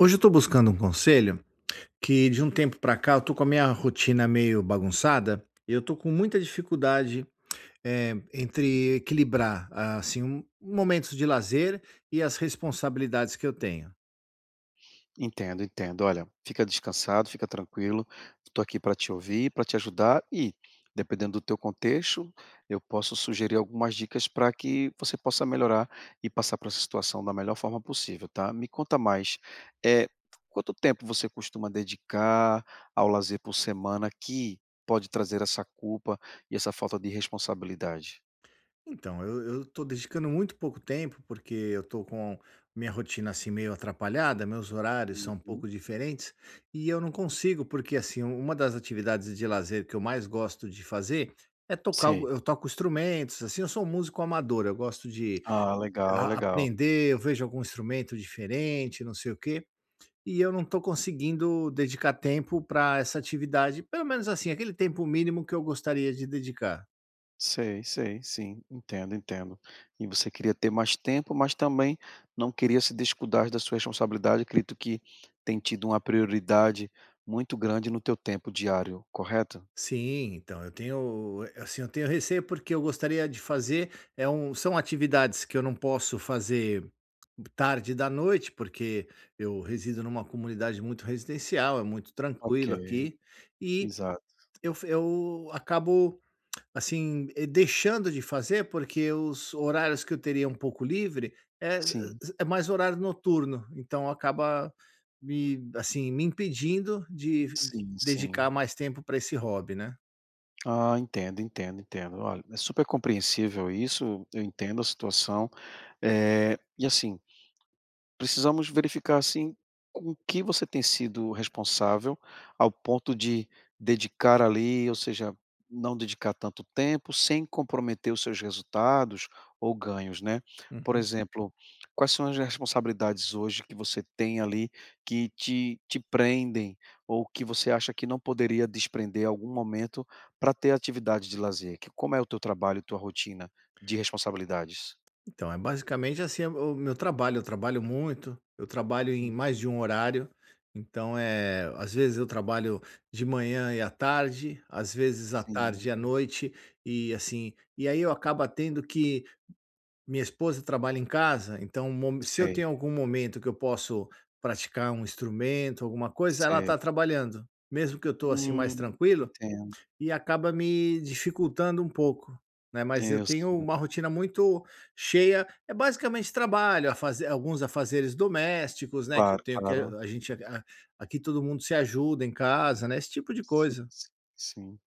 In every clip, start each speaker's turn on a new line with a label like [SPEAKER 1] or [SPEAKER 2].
[SPEAKER 1] Hoje eu estou buscando um conselho que de um tempo para cá eu estou com a minha rotina meio bagunçada e eu estou com muita dificuldade, entre equilibrar, assim, um momentos de lazer e as responsabilidades que eu tenho.
[SPEAKER 2] Entendo, entendo. Olha, fica descansado, fica tranquilo. Estou aqui para te ouvir, para te ajudar e, dependendo do teu contexto, eu posso sugerir algumas dicas para que você possa melhorar e passar por essa situação da melhor forma possível, tá? Me conta mais. É quanto tempo você costuma dedicar ao lazer por semana que pode trazer essa culpa e essa falta de responsabilidade?
[SPEAKER 1] Então, eu tô dedicando muito pouco tempo, porque eu tô com minha rotina, assim, meio atrapalhada, meus horários são um
[SPEAKER 2] Uhum.
[SPEAKER 1] pouco diferentes, e eu não consigo, porque, assim, uma das atividades de lazer que eu mais gosto de fazer é tocar
[SPEAKER 2] Sim.
[SPEAKER 1] algu eu toco instrumentos, assim, eu sou um músico amador, eu gosto de
[SPEAKER 2] Ah, legal,
[SPEAKER 1] a
[SPEAKER 2] legal.
[SPEAKER 1] aprender, eu vejo algum instrumento diferente, não sei o quê, e eu não tô conseguindo dedicar tempo para essa atividade, pelo menos, assim, aquele tempo mínimo que eu gostaria de dedicar.
[SPEAKER 2] Sei, sei, sim, entendo, entendo. E você queria ter mais tempo, mas também não queria se descuidar da sua responsabilidade, acredito que tem tido uma prioridade muito grande no teu tempo diário, correto?
[SPEAKER 1] Sim, então eu tenho, assim, eu tenho receio porque eu gostaria de fazer, são atividades que eu não posso fazer tarde da noite, porque eu resido numa comunidade muito residencial, é muito
[SPEAKER 2] Ok,
[SPEAKER 1] tranquilo aqui, e
[SPEAKER 2] exato.
[SPEAKER 1] eu acabo, assim, deixando de fazer porque os horários que eu teria um pouco livre é,
[SPEAKER 2] Sim,
[SPEAKER 1] é mais horário noturno, então acaba me, assim, me impedindo de
[SPEAKER 2] sim,
[SPEAKER 1] dedicar
[SPEAKER 2] sim.
[SPEAKER 1] mais tempo para esse hobby, né?
[SPEAKER 2] Ah, entendo, entendo, entendo. Olha, é super compreensível isso, eu entendo a situação. E assim, precisamos verificar, assim, com que você tem sido responsável, ao ponto de dedicar ali, ou seja, não dedicar tanto tempo, sem comprometer os seus resultados ou ganhos, né. Por
[SPEAKER 1] Uhum.
[SPEAKER 2] exemplo, quais são as responsabilidades hoje que você tem ali, que te prendem, ou que você acha que não poderia desprender em algum momento para ter atividade de lazer? Que como é o teu trabalho, tua rotina de responsabilidades?
[SPEAKER 1] Então, é basicamente assim é o meu trabalho. Eu trabalho muito, eu trabalho em
[SPEAKER 2] Hum,
[SPEAKER 1] mais de um horário. Então, é, às vezes eu trabalho de manhã e à tarde, às vezes à
[SPEAKER 2] sim,
[SPEAKER 1] tarde e à noite, e assim, e aí eu acabo tendo que minha esposa trabalha em casa, então se eu
[SPEAKER 2] sei,
[SPEAKER 1] tenho algum momento que eu posso praticar um instrumento, alguma coisa, ela está
[SPEAKER 2] sei.
[SPEAKER 1] trabalhando. Mesmo que eu estou assim mais tranquilo,
[SPEAKER 2] Entendo.
[SPEAKER 1] e acaba me dificultando um pouco, né, mas eu
[SPEAKER 2] Eu
[SPEAKER 1] tenho
[SPEAKER 2] sei.
[SPEAKER 1] uma rotina muito cheia, é basicamente trabalho, afaze alguns afazeres domésticos, né, que eu
[SPEAKER 2] Claro,
[SPEAKER 1] tenho que
[SPEAKER 2] claro.
[SPEAKER 1] a gente a aqui todo mundo se ajuda em casa, né, esse tipo de
[SPEAKER 2] Sim,
[SPEAKER 1] coisa.
[SPEAKER 2] sim, sim.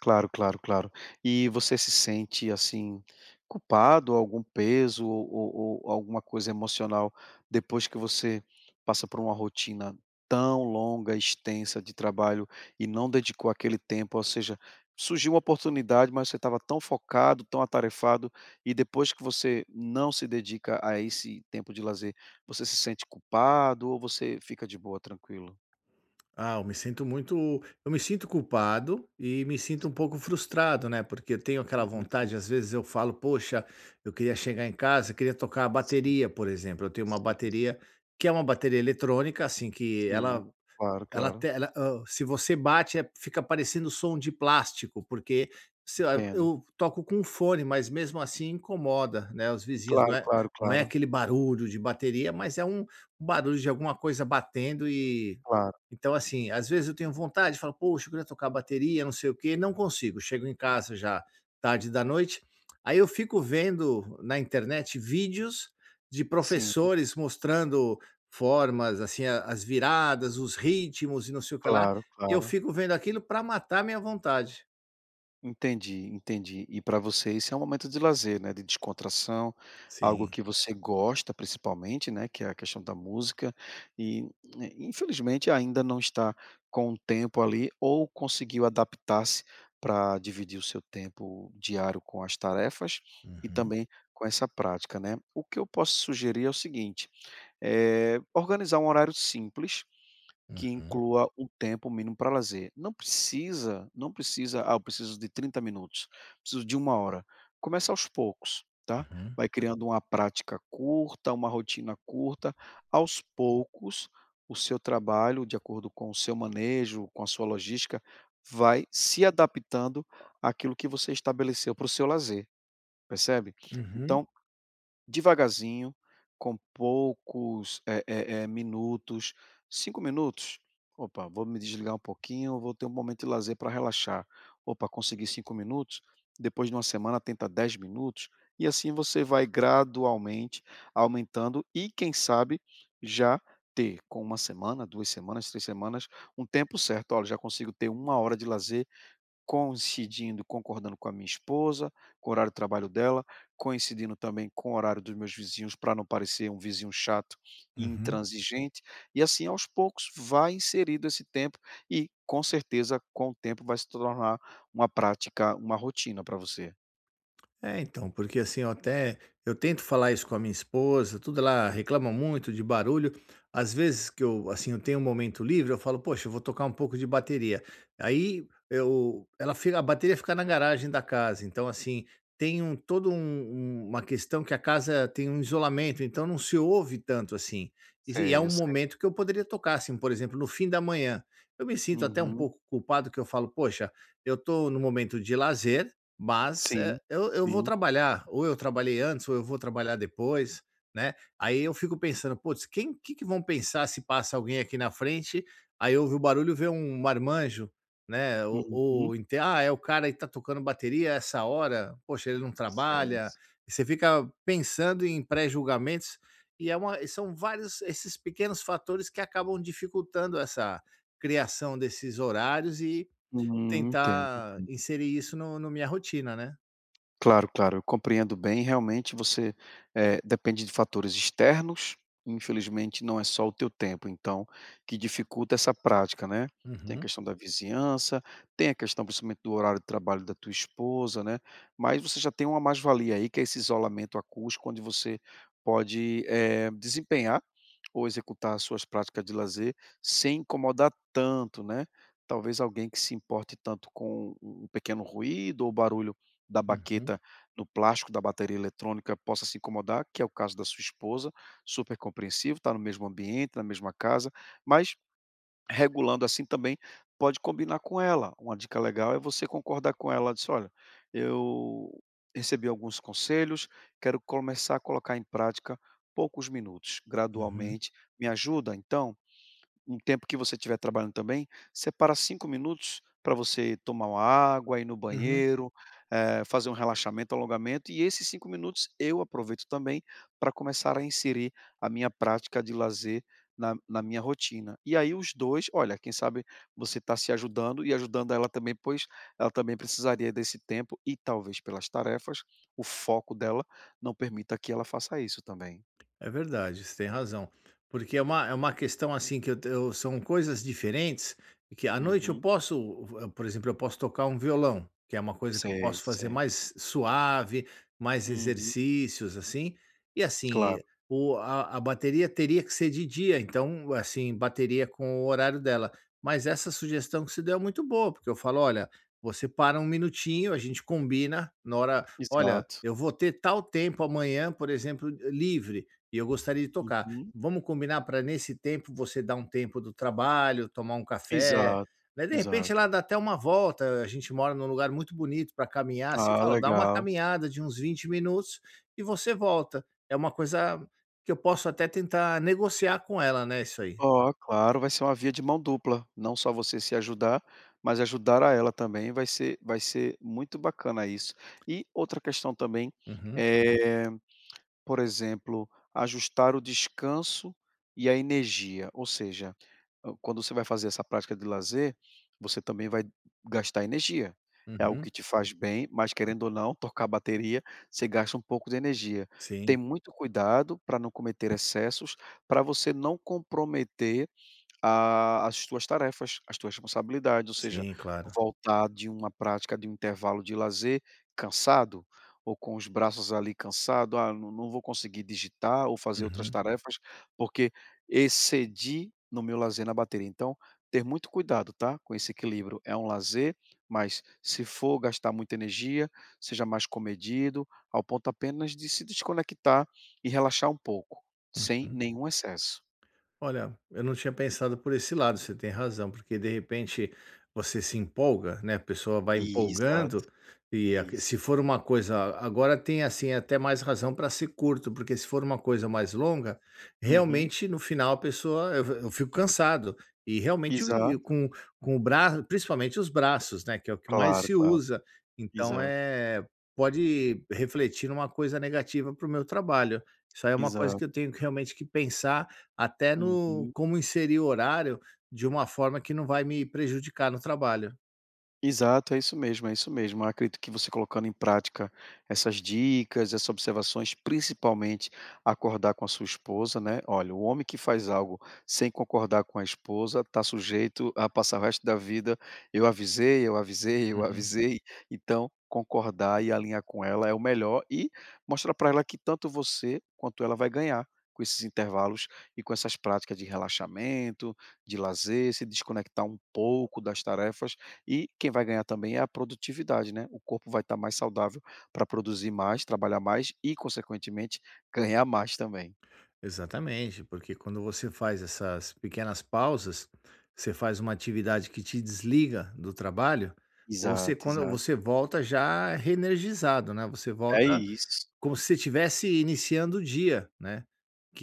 [SPEAKER 2] Claro, claro, claro. E você se sente, assim, culpado, algum peso ou alguma coisa emocional depois que você passa por uma rotina tão longa, extensa de trabalho e não dedicou aquele tempo, ou seja, surgiu uma oportunidade, mas você estava tão focado, tão atarefado e depois que você não se dedica a esse tempo de lazer, você se sente culpado ou você fica de boa, tranquilo?
[SPEAKER 1] Ah, eu me sinto culpado e me sinto um pouco frustrado, né, porque eu tenho aquela
[SPEAKER 2] Uhum.
[SPEAKER 1] vontade, às vezes eu falo: "Poxa, eu queria chegar em casa, queria tocar a
[SPEAKER 2] Sim,
[SPEAKER 1] bateria", por exemplo, eu tenho uma
[SPEAKER 2] sim,
[SPEAKER 1] bateria que é uma bateria eletrônica, assim, que
[SPEAKER 2] sim.
[SPEAKER 1] ela
[SPEAKER 2] Claro,
[SPEAKER 1] Ela,
[SPEAKER 2] claro.
[SPEAKER 1] ela, se você bate, fica parecendo som de plástico, porque
[SPEAKER 2] Entendo.
[SPEAKER 1] eu toco com um fone, mas mesmo assim incomoda, né? Os vizinhos não
[SPEAKER 2] Claro,
[SPEAKER 1] é,
[SPEAKER 2] claro,
[SPEAKER 1] não é
[SPEAKER 2] claro,
[SPEAKER 1] aquele barulho de bateria, mas é um barulho de alguma coisa batendo e
[SPEAKER 2] claro.
[SPEAKER 1] então assim, às vezes eu tenho vontade, falo, poxa, eu queria tocar bateria, não sei o quê, não consigo. Chego em casa já tarde da noite, aí eu fico vendo na internet vídeos de
[SPEAKER 2] Sim,
[SPEAKER 1] professores mostrando formas, assim, a as viradas, os ritmos e não sei o que lá,
[SPEAKER 2] claro,
[SPEAKER 1] e eu
[SPEAKER 2] claro.
[SPEAKER 1] fico vendo aquilo para matar minha vontade.
[SPEAKER 2] Entendi, entendi. E para você isso é um momento de lazer, né, de descontração, algo
[SPEAKER 1] Sim.
[SPEAKER 2] que você gosta principalmente, né, que é a questão da música, e, infelizmente ainda não está com o tempo ali ou conseguiu adaptar-se para dividir o seu tempo diário com as tarefas e
[SPEAKER 1] Uhum,
[SPEAKER 2] também com essa prática, né. O que eu posso sugerir é o seguinte, organizar um horário simples que
[SPEAKER 1] uhum,
[SPEAKER 2] inclua o tempo mínimo para lazer. Não precisa: "Ah, eu preciso de 30 minutos, preciso de uma hora". Começa aos poucos, tá.
[SPEAKER 1] uhum,
[SPEAKER 2] Vai criando uma prática curta, uma rotina curta. Aos poucos, o seu trabalho, de acordo com o seu manejo, com a sua logística, vai se adaptando àquilo que você estabeleceu para o seu lazer, percebe?
[SPEAKER 1] uhum, uhum,
[SPEAKER 2] Então, devagarzinho, com poucos, minutos, 5 minutos? "Opa, vou me desligar um pouquinho, vou ter um momento de lazer para relaxar". "Opa, consegui 5 minutos", depois de uma semana tenta 10 minutos, e assim você vai gradualmente aumentando e quem sabe já ter, com uma semana, 2 semanas, 3 semanas, um tempo certo: "Olha, já consigo ter uma hora de lazer coincidindo, concordando com a minha esposa, com o horário de trabalho dela, coincidindo também com o horário dos meus vizinhos, para não parecer um vizinho chato e
[SPEAKER 1] uhum.
[SPEAKER 2] intransigente, e assim aos poucos vai inserido esse tempo e com certeza com o tempo vai se tornar uma prática, uma rotina para você".
[SPEAKER 1] É, então, porque assim, eu tento falar isso com a minha esposa, tudo, ela reclama muito de barulho. Às vezes que eu, assim, eu tenho um momento livre, eu falo: "Poxa, eu vou tocar um pouco de bateria". Aí eu Ela fica a bateria fica na garagem da casa, então assim, tem um todo um um uma questão que a casa tem um isolamento, então não se ouve tanto assim. E é
[SPEAKER 2] Sei,
[SPEAKER 1] um
[SPEAKER 2] eu sei.
[SPEAKER 1] momento que eu poderia tocar, assim, por exemplo, no fim da manhã. Eu me sinto até um
[SPEAKER 2] Uhum.
[SPEAKER 1] pouco culpado que eu falo: "Poxa, eu tô no momento de lazer, mas,
[SPEAKER 2] Sim,
[SPEAKER 1] eu vou
[SPEAKER 2] sim.
[SPEAKER 1] trabalhar, ou eu trabalhei antes ou eu vou trabalhar depois, né". Aí eu fico pensando: "Putz, que vão pensar se passa alguém aqui na frente, aí ouve o barulho, vê um marmanjo, né,
[SPEAKER 2] Uhum.
[SPEAKER 1] é o cara e tá tocando bateria essa hora, poxa, ele não
[SPEAKER 2] Sei.
[SPEAKER 1] trabalha". E você fica pensando em pré-julgamentos, e é uma e são vários esses pequenos fatores que acabam dificultando essa criação desses horários e
[SPEAKER 2] Entendo.
[SPEAKER 1] tentar inserir isso no no minha rotina, né.
[SPEAKER 2] Claro, claro, eu compreendo bem. Realmente você, depende de fatores externos, infelizmente não é só o teu tempo, então, que dificulta essa prática, né. Tem a
[SPEAKER 1] Uhum,
[SPEAKER 2] questão da vizinhança, tem a questão principalmente do horário de trabalho da tua esposa, né, mas você já tem uma mais-valia aí, que é esse isolamento acústico, onde você pode, desempenhar ou executar as suas práticas de lazer sem incomodar tanto, né. Talvez alguém que se importe tanto com um pequeno ruído ou barulho da
[SPEAKER 1] uhum,
[SPEAKER 2] baqueta no plástico da bateria eletrônica possa se incomodar, que é o caso da sua esposa, super compreensivo, está no mesmo ambiente, na mesma casa, mas regulando assim também pode combinar com ela. Uma dica legal é você concordar com ela, diz: "Olha, eu recebi alguns conselhos, quero começar a colocar em prática poucos minutos,
[SPEAKER 1] uhum,
[SPEAKER 2] gradualmente. Me ajuda então?" Um tempo que você estiver trabalhando também, separa 5 minutos para você tomar uma água, ir no
[SPEAKER 1] uhum.
[SPEAKER 2] banheiro, fazer um relaxamento, alongamento, e esses 5 minutos eu aproveito também para começar a inserir a minha prática de lazer na minha rotina. E aí os dois, olha, quem sabe você está se ajudando e ajudando ela também, pois ela também precisaria desse tempo e talvez pelas tarefas, o foco dela não permita que ela faça isso também.
[SPEAKER 1] É verdade, você tem razão. Porque é uma É uma questão, assim, que eu são coisas diferentes, que à noite eu
[SPEAKER 2] Uhum.
[SPEAKER 1] posso, v por exemplo, eu posso tocar um violão, que é uma coisa que eu
[SPEAKER 2] Sei,
[SPEAKER 1] posso fazer
[SPEAKER 2] sei.
[SPEAKER 1] mais suave, mais
[SPEAKER 2] Uhum.
[SPEAKER 1] exercícios, assim. E, assim,
[SPEAKER 2] Claro,
[SPEAKER 1] eh, o a bateria teria que ser de dia, então, assim, bateria com o horário dela. Mas essa sugestão que você deu é muito boa, porque eu falo: "Olha, você para um minutinho, a gente combina na hora: 'Olha,
[SPEAKER 2] exato.
[SPEAKER 1] eu vou ter tal tempo amanhã, por exemplo, livre'". E eu gostaria de tocar.
[SPEAKER 2] Uhum.
[SPEAKER 1] Vamos combinar para nesse tempo você dar um tempo do trabalho, tomar um café,
[SPEAKER 2] Exato,
[SPEAKER 1] né, de
[SPEAKER 2] exato.
[SPEAKER 1] repente ela dá até uma volta, a gente mora num lugar muito bonito para caminhar, assim, eu
[SPEAKER 2] Ah,
[SPEAKER 1] falo: "Dá uma
[SPEAKER 2] legal.
[SPEAKER 1] caminhada de uns 20 minutos e você volta". É uma coisa que eu posso até tentar negociar com ela, né, isso aí.
[SPEAKER 2] Ó, claro, vai ser uma via de mão dupla, não só você se ajudar, mas ajudar a ela também, vai ser muito bacana isso. E outra questão também,
[SPEAKER 1] Uhum,
[SPEAKER 2] eh por exemplo, ajustar o descanso e a energia, ou seja, quando você vai fazer essa prática de lazer, você também vai gastar energia. É algo que
[SPEAKER 1] uhum.
[SPEAKER 2] te faz bem, mas querendo ou não, tocar a bateria, você gasta um pouco de energia. Tem
[SPEAKER 1] Sim,
[SPEAKER 2] muito cuidado para não cometer excessos, para você não comprometer a as tuas tarefas, as tuas responsabilidades, ou seja,
[SPEAKER 1] sim, claro.
[SPEAKER 2] voltar de uma prática, de um intervalo de lazer cansado, ou com os braços ali cansado: "Ah, não vou conseguir digitar ou fazer outras
[SPEAKER 1] Uhum,
[SPEAKER 2] tarefas, porque excedi no meu lazer na bateria". Então, ter muito cuidado, tá, com esse equilíbrio. É um lazer, mas se for gastar muita energia, seja mais comedido, ao ponto apenas de se desconectar e relaxar um pouco, sem
[SPEAKER 1] uhum.
[SPEAKER 2] nenhum excesso.
[SPEAKER 1] Olha, eu não tinha pensado por esse lado, você tem razão, porque de repente você se empolga, né? A pessoa vai
[SPEAKER 2] Exato,
[SPEAKER 1] empolgando e
[SPEAKER 2] isso.
[SPEAKER 1] se for uma coisa, agora tem assim até mais razão para ser curto, porque se for uma coisa mais longa,
[SPEAKER 2] Uhum.
[SPEAKER 1] realmente no final eu fico cansado e realmente
[SPEAKER 2] Exato.
[SPEAKER 1] com o braço, principalmente os braços, né? Que é o que mais
[SPEAKER 2] Claro,
[SPEAKER 1] se
[SPEAKER 2] claro.
[SPEAKER 1] usa. Então
[SPEAKER 2] Exato,
[SPEAKER 1] é pode refletir numa coisa negativa para o meu trabalho. Isso aí é uma coisa
[SPEAKER 2] exato.
[SPEAKER 1] que eu tenho que realmente que pensar até no
[SPEAKER 2] Uhum.
[SPEAKER 1] como inserir o horário de uma forma que não vai me prejudicar no trabalho.
[SPEAKER 2] Exato, é isso mesmo, é isso mesmo. Eu acredito que você, colocando em prática essas dicas, essas observações, principalmente acordar com a sua esposa, né? Olha, o homem que faz algo sem concordar com a esposa está sujeito a passar o resto da vida. Eu avisei, eu avisei, eu
[SPEAKER 1] Uhum.
[SPEAKER 2] avisei. Então, concordar e alinhar com ela é o melhor e mostrar para ela que tanto você quanto ela vai ganhar. Com esses intervalos e com essas práticas de relaxamento, de lazer, se desconectar um pouco das tarefas, e quem vai ganhar também é a produtividade, né. O corpo vai estar mais saudável para produzir mais, trabalhar mais e, consequentemente, ganhar mais também.
[SPEAKER 1] Exatamente, porque quando você faz essas pequenas pausas, você faz uma atividade que te desliga do trabalho, você
[SPEAKER 2] Exato,
[SPEAKER 1] quando
[SPEAKER 2] exato.
[SPEAKER 1] você volta já reenergizado, né, você
[SPEAKER 2] É
[SPEAKER 1] volta
[SPEAKER 2] isso.
[SPEAKER 1] como se você tivesse iniciando o dia, né,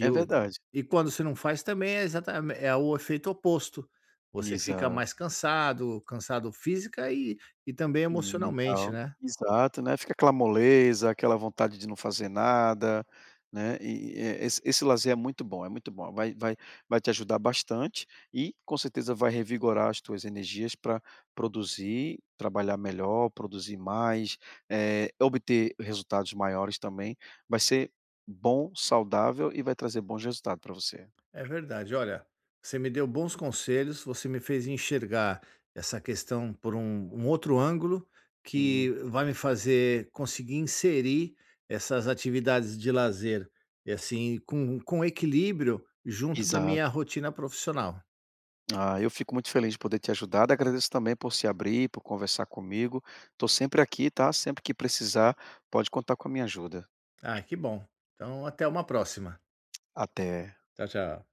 [SPEAKER 2] É
[SPEAKER 1] o
[SPEAKER 2] verdade.
[SPEAKER 1] e quando você não faz também é exatame é o efeito oposto, você fica mais
[SPEAKER 2] Exato.
[SPEAKER 1] cansado, cansado física e também
[SPEAKER 2] E
[SPEAKER 1] emocionalmente,
[SPEAKER 2] mental.
[SPEAKER 1] né.
[SPEAKER 2] Exato, né, fica aquela moleza, aquela vontade de não fazer nada, né, e esse lazer é muito bom, vai te ajudar bastante e com certeza vai revigorar as tuas energias para produzir, trabalhar melhor, produzir mais, obter resultados maiores também, vai ser bom, saudável e vai trazer bons resultados para você.
[SPEAKER 1] É verdade. Olha, você me deu bons conselhos, você me fez enxergar essa questão por um outro ângulo
[SPEAKER 2] Hum,
[SPEAKER 1] que vai me fazer conseguir inserir essas atividades de lazer e assim com equilíbrio junto da
[SPEAKER 2] exato.
[SPEAKER 1] minha rotina profissional.
[SPEAKER 2] Ah, eu fico muito feliz de poder te ajudar. Agradeço também por se abrir, por conversar comigo. Estou sempre aqui, tá? Sempre que precisar, pode contar com a minha ajuda.
[SPEAKER 1] Ah, que bom. Então, até uma próxima.
[SPEAKER 2] Até.
[SPEAKER 1] Tchau, tchau.